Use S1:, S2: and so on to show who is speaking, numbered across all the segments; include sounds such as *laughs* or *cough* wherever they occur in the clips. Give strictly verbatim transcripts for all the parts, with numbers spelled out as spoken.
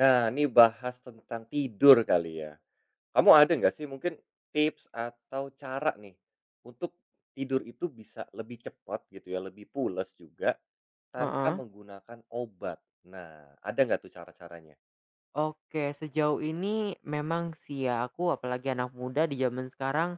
S1: Nah, ini bahas tentang tidur kali ya. Kamu ada nggak sih mungkin tips atau cara nih untuk tidur itu bisa lebih cepat gitu ya, lebih pules juga tanpa
S2: Heeh.
S1: menggunakan obat? Nah, ada nggak tuh cara-caranya?
S2: Oke, sejauh ini memang sih ya aku apalagi anak muda di zaman sekarang,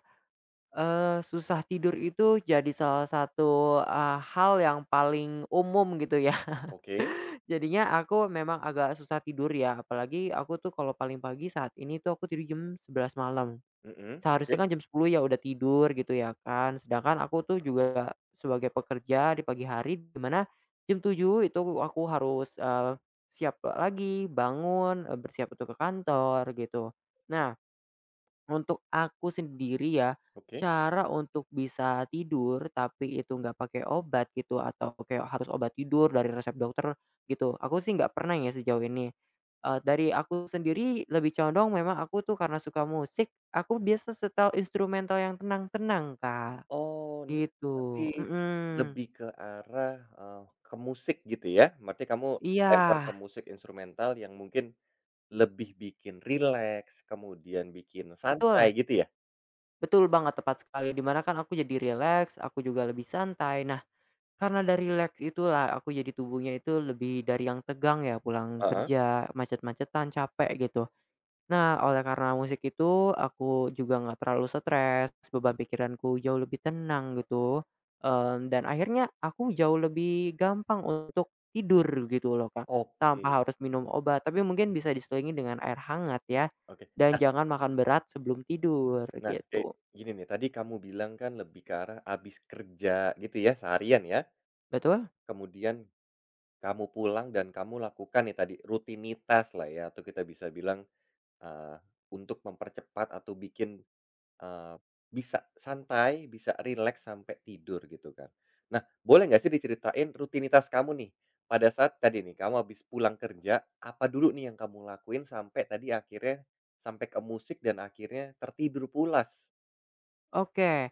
S2: eee, susah tidur itu jadi salah satu, eee, hal yang paling umum gitu ya. *laughs*
S1: Oke,
S2: Jadinya aku memang agak susah tidur ya, apalagi aku tuh kalau paling pagi saat ini tuh aku tidur jam sebelas malam.
S1: mhm,
S2: Seharusnya
S1: oke,
S2: kan jam sepuluh ya udah tidur gitu ya kan, sedangkan aku tuh juga sebagai pekerja di pagi hari dimana jam tujuh itu aku harus, eee, siap lagi, bangun, eee, bersiap untuk ke kantor gitu. Nah, untuk aku sendiri ya,
S1: oke.
S2: cara untuk bisa tidur tapi itu nggak pakai obat gitu atau kayak harus obat tidur dari resep dokter gitu, aku sih nggak pernah ya sejauh ini. Eee, dari aku sendiri lebih condong memang aku tuh karena suka musik, aku biasa setel instrumental yang tenang-tenang, Kak,
S1: Oh, ini berarti
S2: gitu. Mhm.
S1: lebih ke arah, eee, ke musik gitu ya? Berarti kamu lempar
S2: Iya,
S1: ke musik instrumental yang mungkin lebih bikin rileks, kemudian bikin santai
S2: betul,
S1: gitu ya?
S2: betul banget tepat sekali di mana kan aku jadi relax, aku juga lebih santai. Nah, karena dari relax itulah aku jadi tubuhnya itu lebih dari yang tegang ya pulang
S1: Heeh.
S2: kerja, macet-macetan, capek gitu. Nah, oleh karena musik itu aku juga nggak terlalu stres, beban pikiranku jauh lebih tenang gitu. Mmm, dan akhirnya aku jauh lebih gampang untuk tidur gitu loh, Kak,
S1: Oke,
S2: tanpa harus minum obat. Tapi mungkin bisa diselingi dengan air hangat ya,
S1: oke.
S2: dan jangan makan berat sebelum tidur
S1: Nah, kayak
S2: gitu.
S1: gini nih, tadi kamu bilang kan lebih ke arah habis kerja gitu ya, seharian ya,
S2: Betul?
S1: kemudian kamu pulang dan kamu lakukan nih tadi rutinitas lah ya, atau kita bisa bilang, eee, untuk mempercepat atau bikin Eee, bisa santai, bisa rileks sampai tidur gitu kan. Nah, boleh nggak sih diceritain rutinitas kamu nih, pada saat tadi nih kamu habis pulang kerja, apa dulu nih yang kamu lakuin sampai tadi akhirnya sampai ke musik dan akhirnya tertidur pulas?
S2: Oke.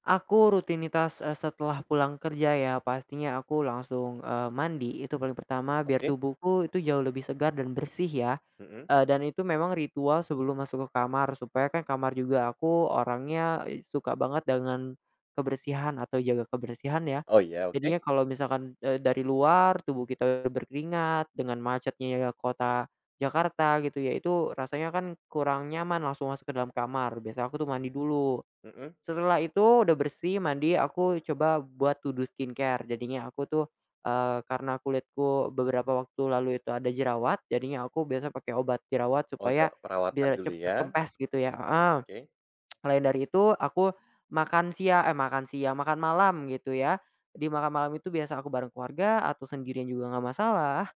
S2: Aku rutinitas, eee, setelah pulang kerja ya pastinya aku langsung, eee, mandi itu paling pertama biar
S1: Oke,
S2: tubuhku itu jauh lebih segar dan bersih ya,
S1: mhm.
S2: eee, dan itu memang ritual sebelum masuk ke kamar supaya kan kamar juga aku orangnya, eee, suka banget dengan kebersihan atau jaga kebersihan ya.
S1: Oh iya,
S2: Jadinya
S1: oke,
S2: kalau misalkan, eee, dari luar tubuh kita udah berkeringat dengan macetnya ya kota Jakarta gitu ya itu rasanya kan kurang nyaman langsung masuk ke dalam kamar biasa aku tuh mandi dulu.
S1: mhm.
S2: Setelah itu udah bersih, mandi, aku coba buat to do skincare. Jadinya aku tuh, eee, karena kulitku beberapa waktu lalu itu ada jerawat, jadinya aku biasa pakai obat jerawat
S1: Oh, udah
S2: supaya
S1: perawatan
S2: biar
S1: dulu
S2: cepet
S1: ya,
S2: kempes gitu ya, heeh.
S1: oke,
S2: Selain dari itu aku makan siang eh, makan siang, makan malam gitu ya. Di makan malam itu biasa aku bareng keluarga atau sendirian juga nggak masalah.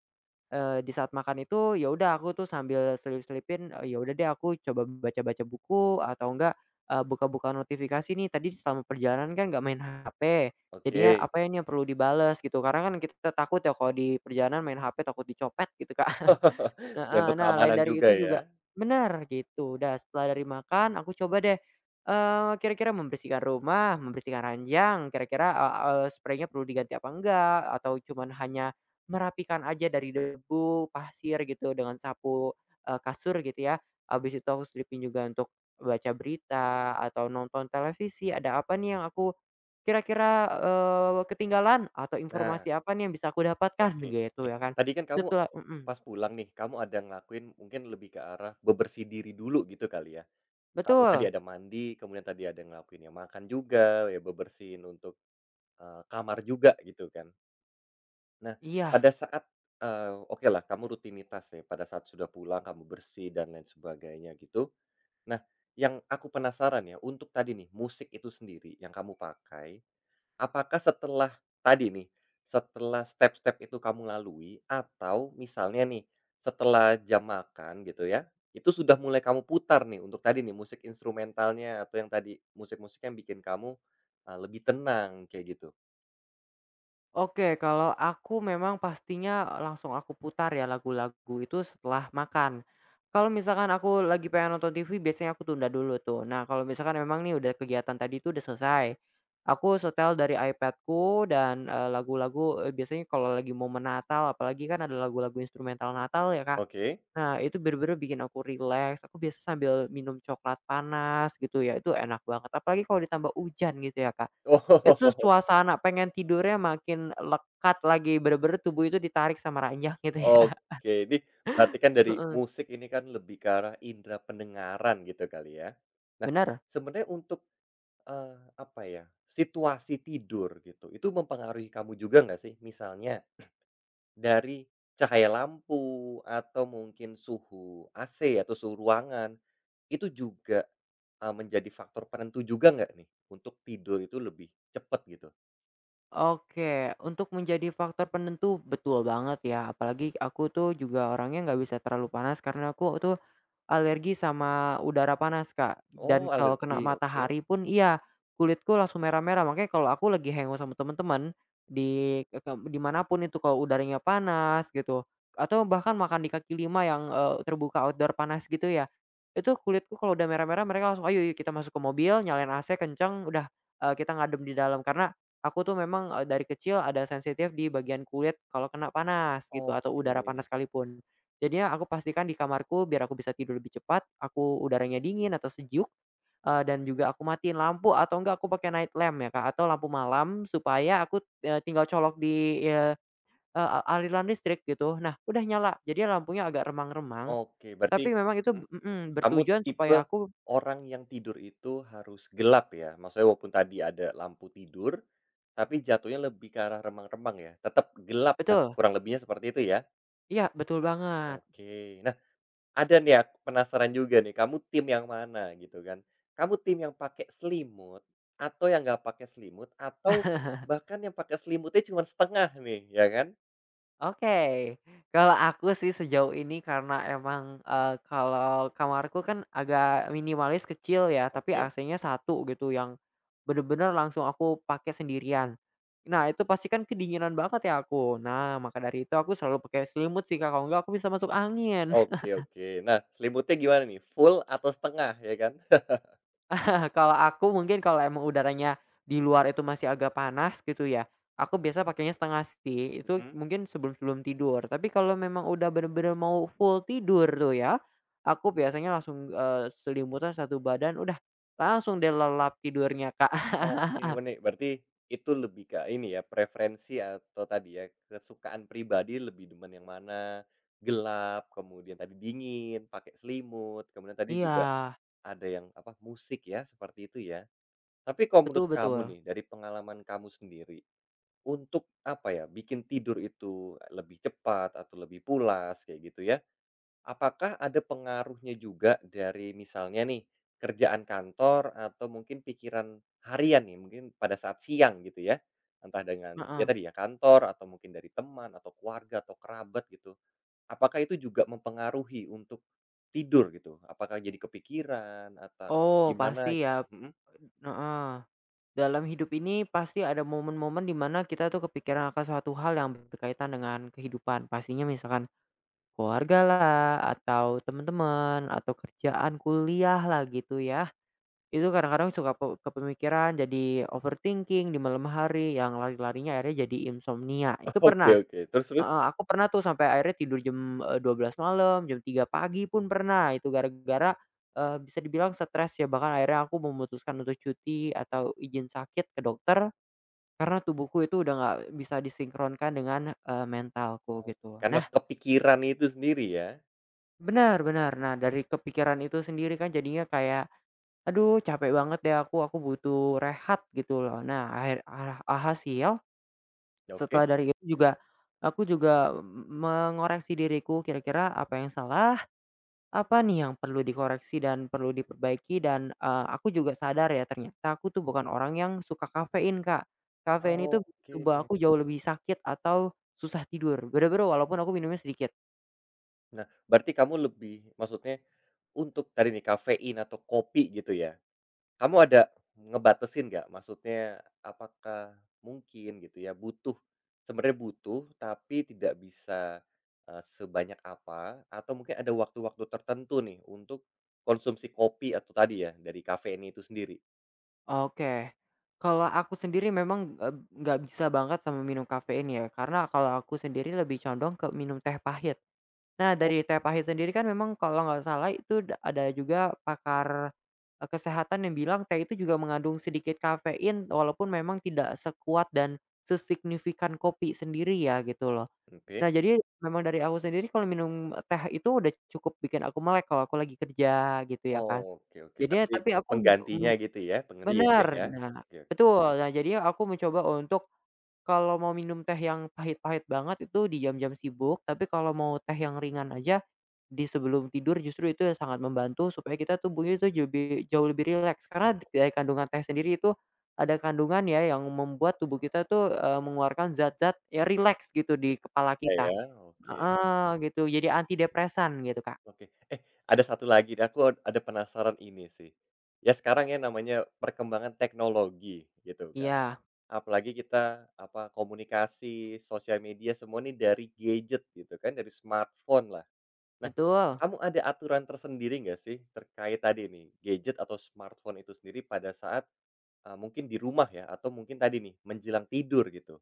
S2: Eee, di saat makan itu ya udah aku tuh sambil selip-selipin, eee, ya udah deh aku coba baca-baca buku atau enggak, eee, buka-buka notifikasi nih tadi selama perjalanan kan nggak main H P, jadinya
S1: oke.
S2: apa ya ini yang perlu dibales gitu karena kan kita takut ya kalau di perjalanan main H P takut dicopet gitu, Kak.
S1: *laughs* Ya
S2: Heeh,
S1: untuk
S2: nah lain
S1: keamanan
S2: dari
S1: juga
S2: itu juga
S1: ya.
S2: benar gitu. Udah setelah dari makan aku coba deh, eee, kira-kira membersihkan rumah, membersihkan ranjang, kira-kira, eee eee, spraynya perlu diganti apa enggak, atau cuman hanya merapikan aja dari debu, pasir gitu dengan sapu, eee, kasur gitu ya. Habis itu aku selipin juga untuk baca berita atau nonton televisi, ada apa nih yang aku kira-kira, eee, ketinggalan atau
S1: Nah,
S2: informasi apa nih yang bisa aku dapatkan
S1: oke.
S2: gitu
S1: Nih,
S2: ya kan.
S1: tadi kan kamu
S2: Setelah, mhm.
S1: pas pulang nih, kamu ada ngelakuin mungkin lebih ke arah bebersih diri dulu gitu kali ya? Kamu tadi
S2: Betul.
S1: ada mandi, kemudian tadi ada ngelakuin ya makan juga, ya bebersihin untuk, eee, kamar juga gitu kan. Nah,
S2: Iya,
S1: pada saat, eh, oke lah kamu rutinitas nih pada saat sudah pulang kamu bersih dan lain sebagainya gitu. Nah, yang aku penasaran ya untuk tadi nih musik itu sendiri yang kamu pakai. Apakah setelah tadi nih, setelah step-step itu kamu lalui atau misalnya nih, setelah jam makan gitu ya, itu sudah mulai kamu putar nih untuk tadi nih musik instrumentalnya atau yang tadi musik-musik yang bikin kamu, eee, lebih tenang kayak gitu?
S2: oke. Kalau aku memang pastinya langsung aku putar ya lagu-lagu itu setelah makan. Kalau misalkan aku lagi pengen nonton T V, biasanya aku tunda dulu tuh. Nah, kalau misalkan memang nih udah kegiatan tadi itu udah selesai, aku setel dari iPadku dan eh, lagu-lagu eh, biasanya kalau lagi momen Natal, apalagi kan ada lagu-lagu instrumental Natal ya, Kak.
S1: Oke.
S2: Nah, itu bener-bener bikin aku relax. Aku biasa sambil minum coklat panas gitu ya, itu enak banget. Apalagi kalau ditambah hujan gitu ya, Kak. Itu
S1: Oh, *laughs*
S2: suasana pengen tidurnya makin lekat lagi, bener-bener tubuh itu ditarik sama ranjang gitu ya.
S1: oke. Ini berarti kan dari
S2: Heeh,
S1: musik ini kan lebih ke arah indera pendengaran gitu kali ya. Nah,
S2: bener.
S1: sebenarnya untuk Eee, apa ya, situasi tidur gitu, itu mempengaruhi kamu juga nggak sih? Misalnya dari cahaya lampu atau mungkin suhu A C atau suhu ruangan, itu juga, eee, menjadi faktor penentu juga nggak nih untuk tidur itu lebih cepet gitu?
S2: Oke, untuk menjadi faktor penentu betul banget ya, apalagi aku tuh juga orangnya nggak bisa terlalu panas karena aku tuh alergi sama udara panas, Kak, dan
S1: Oh,
S2: kalau kena
S1: alergi, oke.
S2: matahari pun iya, kulitku langsung merah-merah. Makanya kalau aku lagi hangout sama temen-temen di ke ke di mana itu kalau udaranya panas gitu, atau bahkan makan di kaki lima yang, eee, terbuka outdoor panas gitu ya, itu kulitku kalau udah merah-merah mereka langsung, "Ayo, yuk kita masuk ke mobil, nyalain A C kenceng, udah, eee, kita ngadem di dalam." Karena aku tuh memang, eee, dari kecil ada sensitif di bagian kulit kalau kena panas gitu atau
S1: Oke,
S2: udara panas sekalipun. Jadinya aku pastikan di kamarku biar aku bisa tidur lebih cepat, aku udaranya dingin atau sejuk, eee, dan juga aku matiin lampu atau enggak aku pakai night lamp ya, Kak, atau lampu malam supaya aku, eee, tinggal colok di, eee, e aliran listrik gitu. Nah, udah nyala, jadi lampunya agak remang-remang,
S1: oke, berarti
S2: tapi memang itu
S1: mhm.
S2: mhm,
S1: Kamu
S2: bertujuan
S1: tipe
S2: supaya aku.
S1: orang yang tidur itu harus gelap ya? Maksudnya walaupun tadi ada lampu tidur, tapi jatuhnya lebih ke arah remang-remang ya? Tetap gelap lah,
S2: Betul,
S1: kurang lebihnya seperti itu ya?
S2: iya betul banget.
S1: Oke. Nah, ada nih aku penasaran juga nih, kamu tim yang mana gitu kan? Kamu tim yang pakai selimut, atau yang nggak pakai selimut, atau bahkan yang pakai selimutnya cuma setengah nih, ya kan?
S2: Oke, kalau aku sih sejauh ini karena emang, eee, kalau kamarku kan agak minimalis kecil ya, tapi
S1: Oke.
S2: A C-nya satu gitu yang bener-bener langsung aku pakai sendirian. Nah, itu pasti kan kedinginan banget ya aku. Nah, maka dari itu aku selalu pakai selimut sih, Kak, kalau enggak aku bisa masuk angin.
S1: Oke, oke. Nah, selimutnya gimana nih? Full atau setengah ya kan?
S2: Nah, kalau aku mungkin kalau emang udaranya di luar itu masih agak panas gitu ya, aku biasa pakainya setengah sih, itu
S1: *laughs*
S2: mungkin sebelum-sebelum tidur. Tapi kalau memang udah bener-bener mau full tidur tuh ya, aku biasanya langsung, eee, selimutan satu badan, udah langsung deh lelap tidurnya, Kak. *laughs*
S1: Oke, menik berarti itu lebih ke ini ya, preferensi atau tadi ya, kesukaan pribadi lebih demen yang mana, gelap, kemudian tadi dingin, pakai selimut, kemudian tadi
S2: Iya,
S1: juga ada yang apa, musik ya, seperti itu ya. Tapi kalau
S2: betul
S1: menurut kamu
S2: betul.
S1: nih, dari pengalaman kamu sendiri, untuk apa ya, bikin tidur itu lebih cepat atau lebih pulas kayak gitu ya, apakah ada pengaruhnya juga dari misalnya nih, kerjaan kantor atau mungkin pikiran harian nih, mungkin pada saat siang gitu ya? Entah dengan ya
S2: Heeh.
S1: tadi ya kantor atau mungkin dari teman atau keluarga atau kerabat gitu. Apakah itu juga mempengaruhi untuk tidur gitu? Apakah jadi kepikiran atau
S2: Oh,
S1: gimana
S2: pasti
S1: gitu?
S2: ya.
S1: Mhm.
S2: Heeh. Dalam hidup ini pasti ada momen-momen dimana kita tuh kepikiran akan suatu hal yang berkaitan dengan kehidupan. Pastinya misalkan keluarga lah atau teman-teman, atau kerjaan, kuliah lah gitu ya. Itu kadang-kadang suka pe kepemikiran, jadi overthinking di malam hari yang lari-larinya akhirnya jadi insomnia, itu
S1: *laughs* Oke,
S2: pernah.
S1: oke, terus, terus?
S2: Heeh, aku pernah tuh sampai akhirnya tidur jam, eh, dua belas malam, jam tiga pagi pun pernah, itu gara-gara, eee, bisa dibilang stres ya, bahkan akhirnya aku memutuskan untuk cuti atau izin sakit ke dokter, karena tubuhku itu udah nggak bisa disinkronkan dengan, eee, mentalku
S1: Oh,
S2: gitu.
S1: karena
S2: Nah,
S1: kepikiran itu sendiri ya?
S2: benar benar. Nah, dari kepikiran itu sendiri kan jadinya kayak, "Aduh capek banget deh aku, aku butuh rehat," gitu loh. Nah, akhir ah alhasil
S1: Ya, oke.
S2: setelah dari itu juga aku juga mengoreksi diriku kira-kira apa yang salah, apa nih yang perlu dikoreksi dan perlu diperbaiki dan, eee, aku juga sadar ya ternyata aku tuh bukan orang yang suka kafein, Kak. Kafein itu bikin
S1: Oke.
S2: tubuh aku jauh lebih sakit atau susah tidur, bener-bener walaupun aku minumnya sedikit.
S1: Nah, berarti kamu lebih maksudnya untuk tadi nih kafein atau kopi gitu ya, kamu ada ngebatasin nggak? Maksudnya apakah mungkin gitu ya butuh sebenarnya butuh tapi tidak bisa, eee, sebanyak apa atau mungkin ada waktu-waktu tertentu nih untuk konsumsi kopi atau tadi ya dari kafein itu sendiri?
S2: Oke. Kalau aku sendiri memang, eee, nggak bisa banget sama minum kafein ya, karena kalau aku sendiri lebih condong ke minum teh pahit. Nah, dari teh pahit sendiri kan memang kalau nggak salah itu da ada juga pakar, eee, kesehatan yang bilang teh itu juga mengandung sedikit kafein walaupun memang tidak sekuat dan sesignifikan kopi sendiri ya, gitu loh. Nah,
S1: Oke.
S2: jadi memang dari aku sendiri kalau minum teh itu udah cukup bikin aku melek kalau aku lagi kerja gitu ya
S1: Oh,
S2: kan.
S1: oke, oke
S2: Jadinya
S1: berarti
S2: tapi aku.
S1: penggantinya gitu ya, pengganti ya?
S2: Bener,
S1: Ya?
S2: nah
S1: Oke,
S2: betul. Nah, jadinya aku mencoba untuk kalau mau minum teh yang pahit-pahit banget itu di jam-jam sibuk, tapi kalau mau teh yang ringan aja di sebelum tidur justru itu sangat membantu supaya kita tubuhnya itu jebi jauh lebih rileks. Karena dari kandungan teh sendiri itu ada kandungan ya yang membuat tubuh kita tuh, eee, mengeluarkan zat-zat ya rileks gitu di kepala
S1: teh
S2: kita.
S1: ya, oke.
S2: Heeh, gitu jadi antidepresan gitu, Kak.
S1: Oke. Eh, ada satu lagi deh, aku ada penasaran ini sih. Ya sekarang ya namanya perkembangan teknologi gitu kan.
S2: Iya,
S1: Apalagi kita apa komunikasi, sosial media semua ini dari gadget gitu kan, dari smartphone lah. Nah,
S2: betul.
S1: kamu ada aturan tersendiri nggak sih terkait tadi nih, gadget atau smartphone itu sendiri pada saat, eee, mungkin di rumah ya atau mungkin tadi nih menjelang tidur gitu?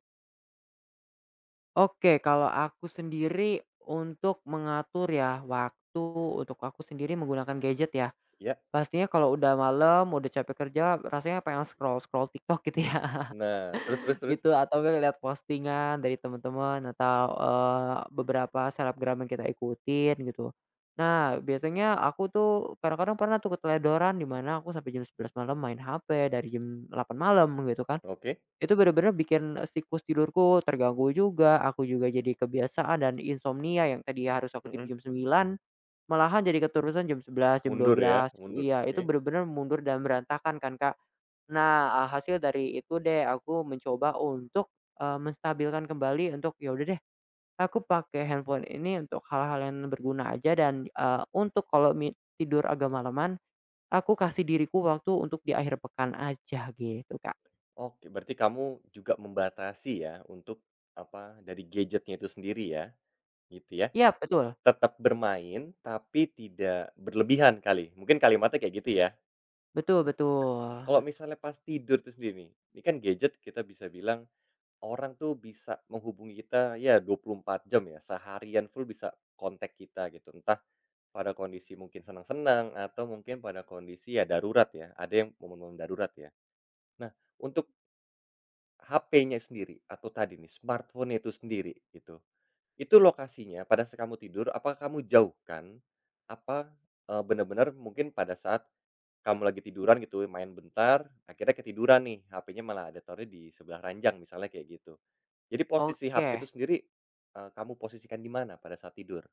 S2: Oke, kalau aku sendiri untuk mengatur ya waktu untuk aku sendiri menggunakan gadget ya.
S1: Ya.
S2: Pastinya kalau udah malam, udah capek kerja, rasanya pengen scroll-scroll TikTok gitu ya. *laughs*
S1: Nah, terus, terus, terus?
S2: Gitu atau enggak lihat postingan dari teman-teman atau eee, beberapa selebgram yang kita ikutin gitu. Nah, biasanya aku tuh kadang-kadang pernah tuh keteledoran di mana aku sampai jam sebelas malam main H P dari jam delapan malam gitu kan.
S1: Oke.
S2: Itu bener-bener bikin e, siklus tidurku terganggu juga, aku juga jadi kebiasaan dan insomnia yang tadi harus aku
S1: Mhm.
S2: tidur jam sembilan, malahan jadi keterusan jam sebelas, jam dua
S1: Mundur ya,
S2: belas,
S1: mundur.
S2: Iya, itu
S1: Oke.
S2: bener-bener mundur dan berantakan kan, Kak. Nah, eee, hasil dari itu deh aku mencoba untuk, eee, menstabilkan kembali untuk, ya udah deh aku pakai handphone ini untuk hal-hal yang berguna aja dan, eee, untuk kalau mi tidur agak malaman, aku kasih diriku waktu untuk di akhir pekan aja gitu, Kak.
S1: Oke, berarti kamu juga membatasi ya untuk, apa, dari gadgetnya itu sendiri ya, gitu ya.
S2: Iya, betul.
S1: Tetap bermain, tapi tidak berlebihan kali, mungkin kalimatnya kayak gitu ya?
S2: Betul betul.
S1: Kalau misalnya pas tidur itu sendiri nih, ini kan gadget kita bisa bilang orang tuh bisa menghubungi kita ya dua puluh empat jam ya, seharian full bisa kontak kita gitu, entah pada kondisi mungkin senang-senang atau mungkin pada kondisi ya darurat ya, ada yang momen-momen darurat ya. Nah, untuk H P-nya sendiri atau tadi nih smartphone-nya itu sendiri gitu, itu lokasinya pada saat kamu tidur apakah kamu jauhkan? Apa, eee, benar bener mungkin pada saat kamu lagi tiduran gitu main bentar akhirnya ketiduran nih H P-nya malah ada taruhnya di sebelah ranjang misalnya kayak gitu. Jadi posisi H P
S2: Oke,
S1: itu sendiri, eee, kamu posisikan di mana pada saat tidur?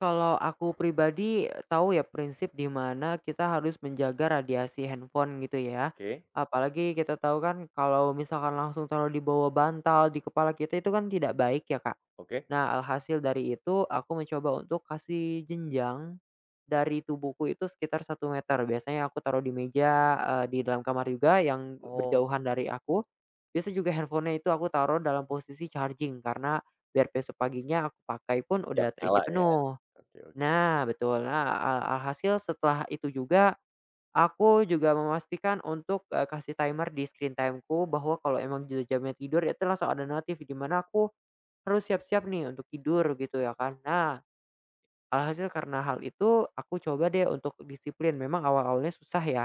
S2: kalau aku pribadi tahu ya prinsip di mana kita harus menjaga radiasi handphone gitu ya.
S1: Oke,
S2: Apalagi kita tahu kan kalau misalkan langsung taruh di bawah bantal di kepala kita itu kan tidak baik ya, Kak.
S1: oke.
S2: Nah, alhasil dari itu aku mencoba untuk kasih jenjang dari tubuhku itu sekitar satu meter. Biasanya aku taruh di meja, eee, di dalam kamar juga yang
S1: Oh,
S2: berjauhan dari aku. Biasa juga handphonenya itu aku taruh dalam posisi charging karena biar besok paginya aku pakai pun
S1: siap
S2: udah
S1: nyala
S2: terisi
S1: ya.
S2: penuh.
S1: Oke, oke.
S2: Nah, betul. Nah, al alhasil setelah itu juga, aku juga memastikan untuk, eee, kasih timer di screen timeku bahwa kalau emang udah jamnya tidur, itu langsung ada notif di mana aku harus siap-siap nih untuk tidur gitu ya kan. Nah, alhasil karena hal itu, aku coba deh untuk disiplin. Memang awal-awalnya susah ya,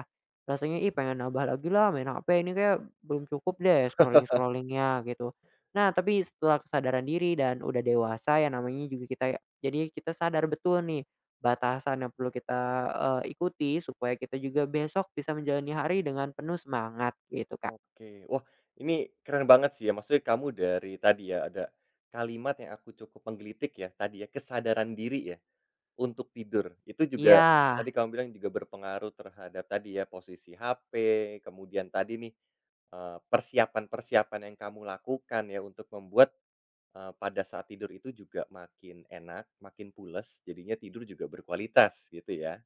S2: rasanya, "Ih, pengen nambah lagi lah main H P, ini kayak belum cukup deh scrolling scrollingnya gitu." Nah, tapi setelah kesadaran diri dan udah dewasa ya namanya juga kita ya jadi kita sadar betul nih batasan yang perlu kita, eee, ikuti supaya kita juga besok bisa menjalani hari dengan penuh semangat gitu, Kak.
S1: Oke. Wah, ini keren banget sih ya, maksudnya kamu dari tadi ya, ada kalimat yang aku cukup menggelitik ya, tadi ya, kesadaran diri ya, untuk tidur. Itu juga
S2: Iya,
S1: tadi kamu bilang juga berpengaruh terhadap tadi ya, posisi H P, kemudian tadi nih, eee, persiapan-persiapan yang kamu lakukan ya, untuk membuat, eee, pada saat tidur itu juga makin enak, makin pules, jadinya tidur juga berkualitas, gitu ya?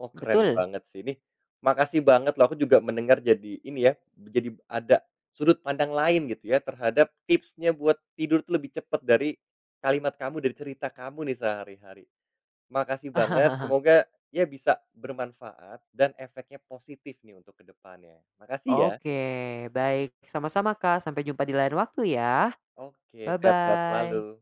S1: Oh, keren
S2: betul.
S1: banget sih. Ini, makasih banget loh aku juga mendengar jadi ini ya, jadi ada sudut pandang lain gitu ya terhadap tipsnya buat tidur tuh lebih cepat dari kalimat kamu, dari cerita kamu nih sehari-hari. Makasih banget,
S2: *laughs*
S1: semoga ya bisa bermanfaat dan efeknya positif nih untuk kedepannya. Makasih ya.
S2: Oke, baik. Sama-sama, Kak, sampai jumpa di lain waktu ya.
S1: Oke, sehat-sehat selalu.
S2: Bye-bye.